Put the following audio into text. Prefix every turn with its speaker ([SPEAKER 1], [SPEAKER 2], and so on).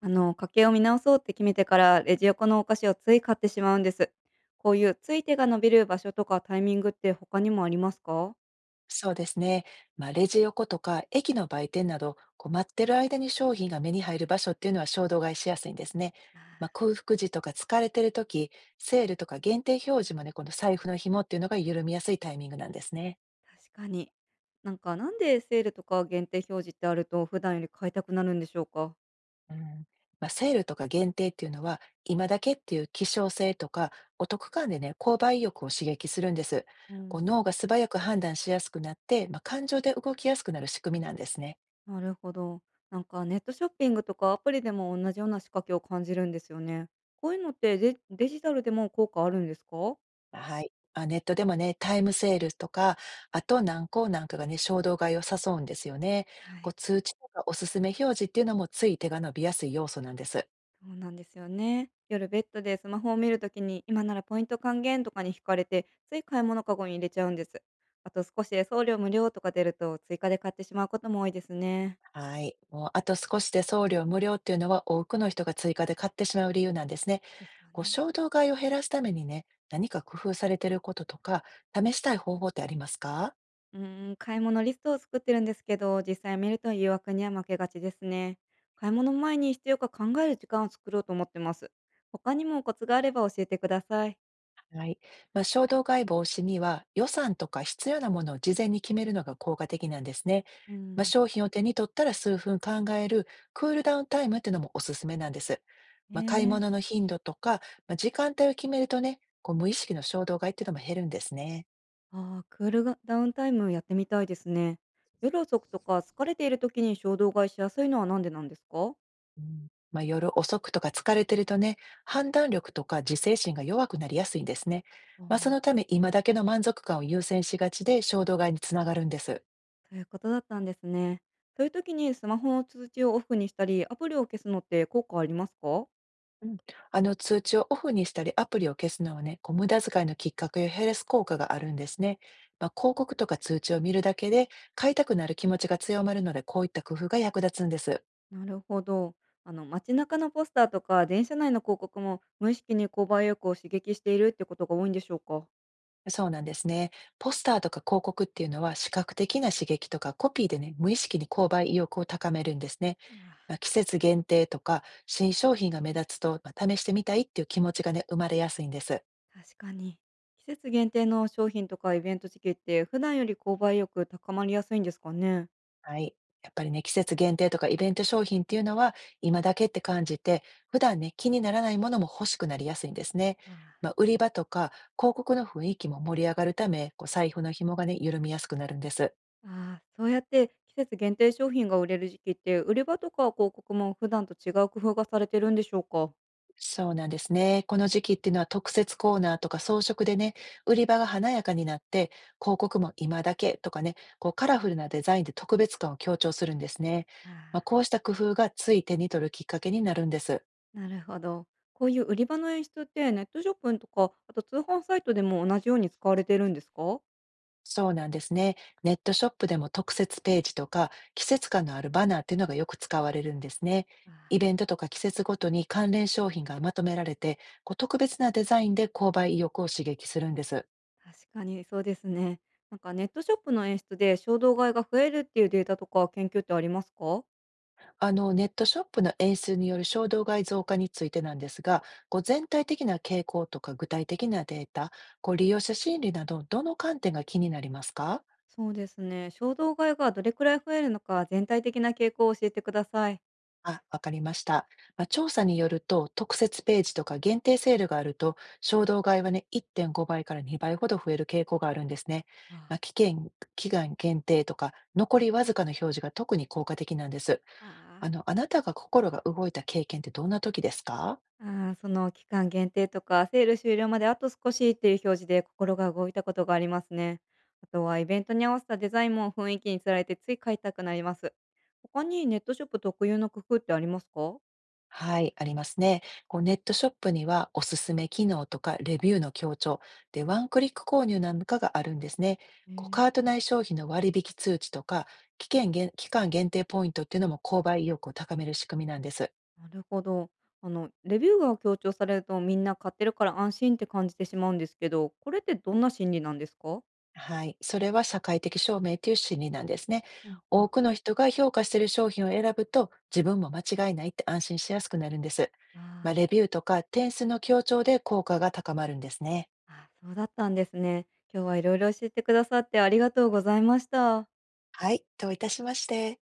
[SPEAKER 1] 家計を見直そうって決めてからレジ横のお菓子をつい買ってしまうんです。こういうつい手が伸びる場所とかタイミングって他にもありますか？
[SPEAKER 2] そうですね。レジ横とか駅の売店など、待ってる間に商品が目に入る場所っていうのは衝動買いしやすいんですね。
[SPEAKER 1] あ
[SPEAKER 2] 空腹時とか疲れてる時、セールとか限定表示もね、この財布の紐っていうのが緩みやすいタイミングなんですね。
[SPEAKER 1] ー、確かに。なんかなんでセールとか限定表示ってあると普段より買いたくなるんでしょうか？
[SPEAKER 2] うん。セールとか限定っていうのは、今だけっていう希少性とか、お得感でね、購買意欲を刺激するんです。
[SPEAKER 1] うん。
[SPEAKER 2] 脳が素早く判断しやすくなって、感情で動きやすくなる仕組みなんですね。
[SPEAKER 1] なるほど。なんかネットショッピングとかアプリでも同じような仕掛けを感じるんですよね。こういうのってデジタルでも効果あるんですか？
[SPEAKER 2] はい。あ、ネットでもね、タイムセールとか、あと何個なんかがね、衝動買いを誘うんですよね。
[SPEAKER 1] はい。
[SPEAKER 2] 通知とかおすすめ表示っていうのもつい手が伸びやすい要素なんです。
[SPEAKER 1] そうなんですよね。夜ベッドでスマホを見るときに今ならポイント還元とかに惹かれてつい買い物かごに入れちゃうんです。あと少しで送料無料とか出ると追加で買ってしまうことも多いですね。
[SPEAKER 2] はい。もうあと少しで送料無料っていうのは多くの人が追加で買ってしまう理由なんですね。
[SPEAKER 1] ですよね。
[SPEAKER 2] 衝動買いを減らすためにね、何か工夫されてることとか、試したい方法ってありますか？
[SPEAKER 1] うーん、買い物リストを作ってるんですけど実際見ると誘惑には負けがちですね。買い物前に必要か考える時間を作ろうと思ってます。他にもコツがあれば教えてください。
[SPEAKER 2] はい。衝動買い防止には予算とか必要なものを事前に決めるのが効果的なんですね。
[SPEAKER 1] うん。
[SPEAKER 2] 商品を手に取ったら数分考えるクールダウンタイムっていうのもおすすめなんです。買い
[SPEAKER 1] ね
[SPEAKER 2] 物
[SPEAKER 1] え。
[SPEAKER 2] の頻度とか、時間帯を決めるとね、無意識の衝動買いっていうのも減るんですね。
[SPEAKER 1] ああ、クールがダウンタイムやってみたいですね。夜遅くとか疲れている時に衝動買いしやすいのはなんでなんですか？
[SPEAKER 2] うん、夜遅くとか疲れてるとね、判断力とか自制心が弱くなりやすいんですね。
[SPEAKER 1] あ
[SPEAKER 2] そ
[SPEAKER 1] ー。
[SPEAKER 2] のため今だけの満足感を優先しがちで衝動買いにつながるんです。
[SPEAKER 1] ということだったんですね。そういう時にスマホの通知をオフにしたり、アプリを消すのって効果ありますか？
[SPEAKER 2] うん、あの通知をオフにしたりアプリを消すのはね、無駄遣いのきっかけを減らす効果があるんですね。広告とか通知を見るだけで買いたくなる気持ちが強まるので、こういった工夫が役立つんです。
[SPEAKER 1] なるほど。あの街中のポスターとか電車内の広告も無意識に購買意欲を刺激しているってことが多いんでしょうか？
[SPEAKER 2] そうなんですね。ポスターとか広告っていうのは視覚的な刺激とかコピーでね、無意識に購買意欲を高めるんですね。
[SPEAKER 1] うわ。
[SPEAKER 2] 季節限定とか新商品が目立つと、試してみたいっていう気持ちがね、生まれやすいんです。
[SPEAKER 1] あ、確かに。季節限定の商品とかイベント時期って普段より購買意欲高まりやすいんですかね？
[SPEAKER 2] はい。やっぱりね、季節限定とかイベント商品っていうのは、今だけって感じて、普段ね、気にならないものも欲しくなりやすいんですね。
[SPEAKER 1] あー。
[SPEAKER 2] 売り場とか広告の雰囲気も盛り上がるため、財布の紐がね、緩みやすくなるんです。
[SPEAKER 1] ああ、そうやって季節限定商品が売れる時期って、売り場とか広告も普段と違う工夫がされてるんでしょうか？
[SPEAKER 2] そうなんですね。この時期っていうのは特設コーナーとか装飾でね、売り場が華やかになって、広告も今だけとかね、カラフルなデザインで特別感を強調するんですね。
[SPEAKER 1] あ
[SPEAKER 2] こ
[SPEAKER 1] あ。
[SPEAKER 2] うした工夫がつい手に取るきっかけになるんです。
[SPEAKER 1] なるほど。こういう売り場の演出って、ネットショップとか、あと通販サイトでも同じように使われてるんですか？
[SPEAKER 2] そうなんですね。ネットショップでも特設ページとか季節感のあるバナーっていうのがよく使われるんですね。
[SPEAKER 1] あ
[SPEAKER 2] イ
[SPEAKER 1] あ。
[SPEAKER 2] ベントとか季節ごとに関連商品がまとめられて、特別なデザインで購買意欲を刺激するんです。
[SPEAKER 1] 確かにそうですね。なんかネットショップの演出で衝動買いが増えるっていうデータとか研究ってありますか？
[SPEAKER 2] あの、ネットショップの演出による衝動買い増加についてなんですが、全体的な傾向とか具体的なデータ、利用者心理など、どの観点が気になりますか？
[SPEAKER 1] そうですね。衝動買いがどれくらい増えるのか、全体的な傾向を教えてください。
[SPEAKER 2] あ、わかりました。調査によると、特設ページとか限定セールがあると、衝動買いはね、1.5倍から2倍ほど増える傾向があるんですね。
[SPEAKER 1] わ
[SPEAKER 2] 期間限定とか、残りわずかの表示が特に効果的なんです。
[SPEAKER 1] あ。あ
[SPEAKER 2] あ
[SPEAKER 1] あ。
[SPEAKER 2] の、あなたが心が動いた経験ってどんな時ですか？
[SPEAKER 1] ああ、その期間限定とか、セール終了まであと少しっていう表示で心が動いたことがありますね。あとはイベントに合わせたデザインも雰囲気につられてつい買いたくなります。他にネットショップ特有の工夫ってありますか？
[SPEAKER 2] はい、ありますね。ネットショップにはおすすめ機能とかレビューの強調でワンクリック購入なんかがあるんですね。
[SPEAKER 1] えー。
[SPEAKER 2] カート内消費の割引通知とか期間限定ポイントっていうのも購買意欲を高める仕組みなんです。
[SPEAKER 1] なるほど。レビューが強調されるとみんな買ってるから安心って感じてしまうんですけど、これってどんな心理なんですか？
[SPEAKER 2] はい、それは社会的証明という心理なんですね。
[SPEAKER 1] うんうん。
[SPEAKER 2] 多くの人が評価している商品を選ぶと自分も間違いないって安心しやすくなるんです。
[SPEAKER 1] あ
[SPEAKER 2] レ
[SPEAKER 1] ー。
[SPEAKER 2] ビューとか点数の強調で効果が高まるんですね。
[SPEAKER 1] あー、そうだったんですね。今日はいろいろ教えてくださってありがとうございました。
[SPEAKER 2] はい、どういたしまして。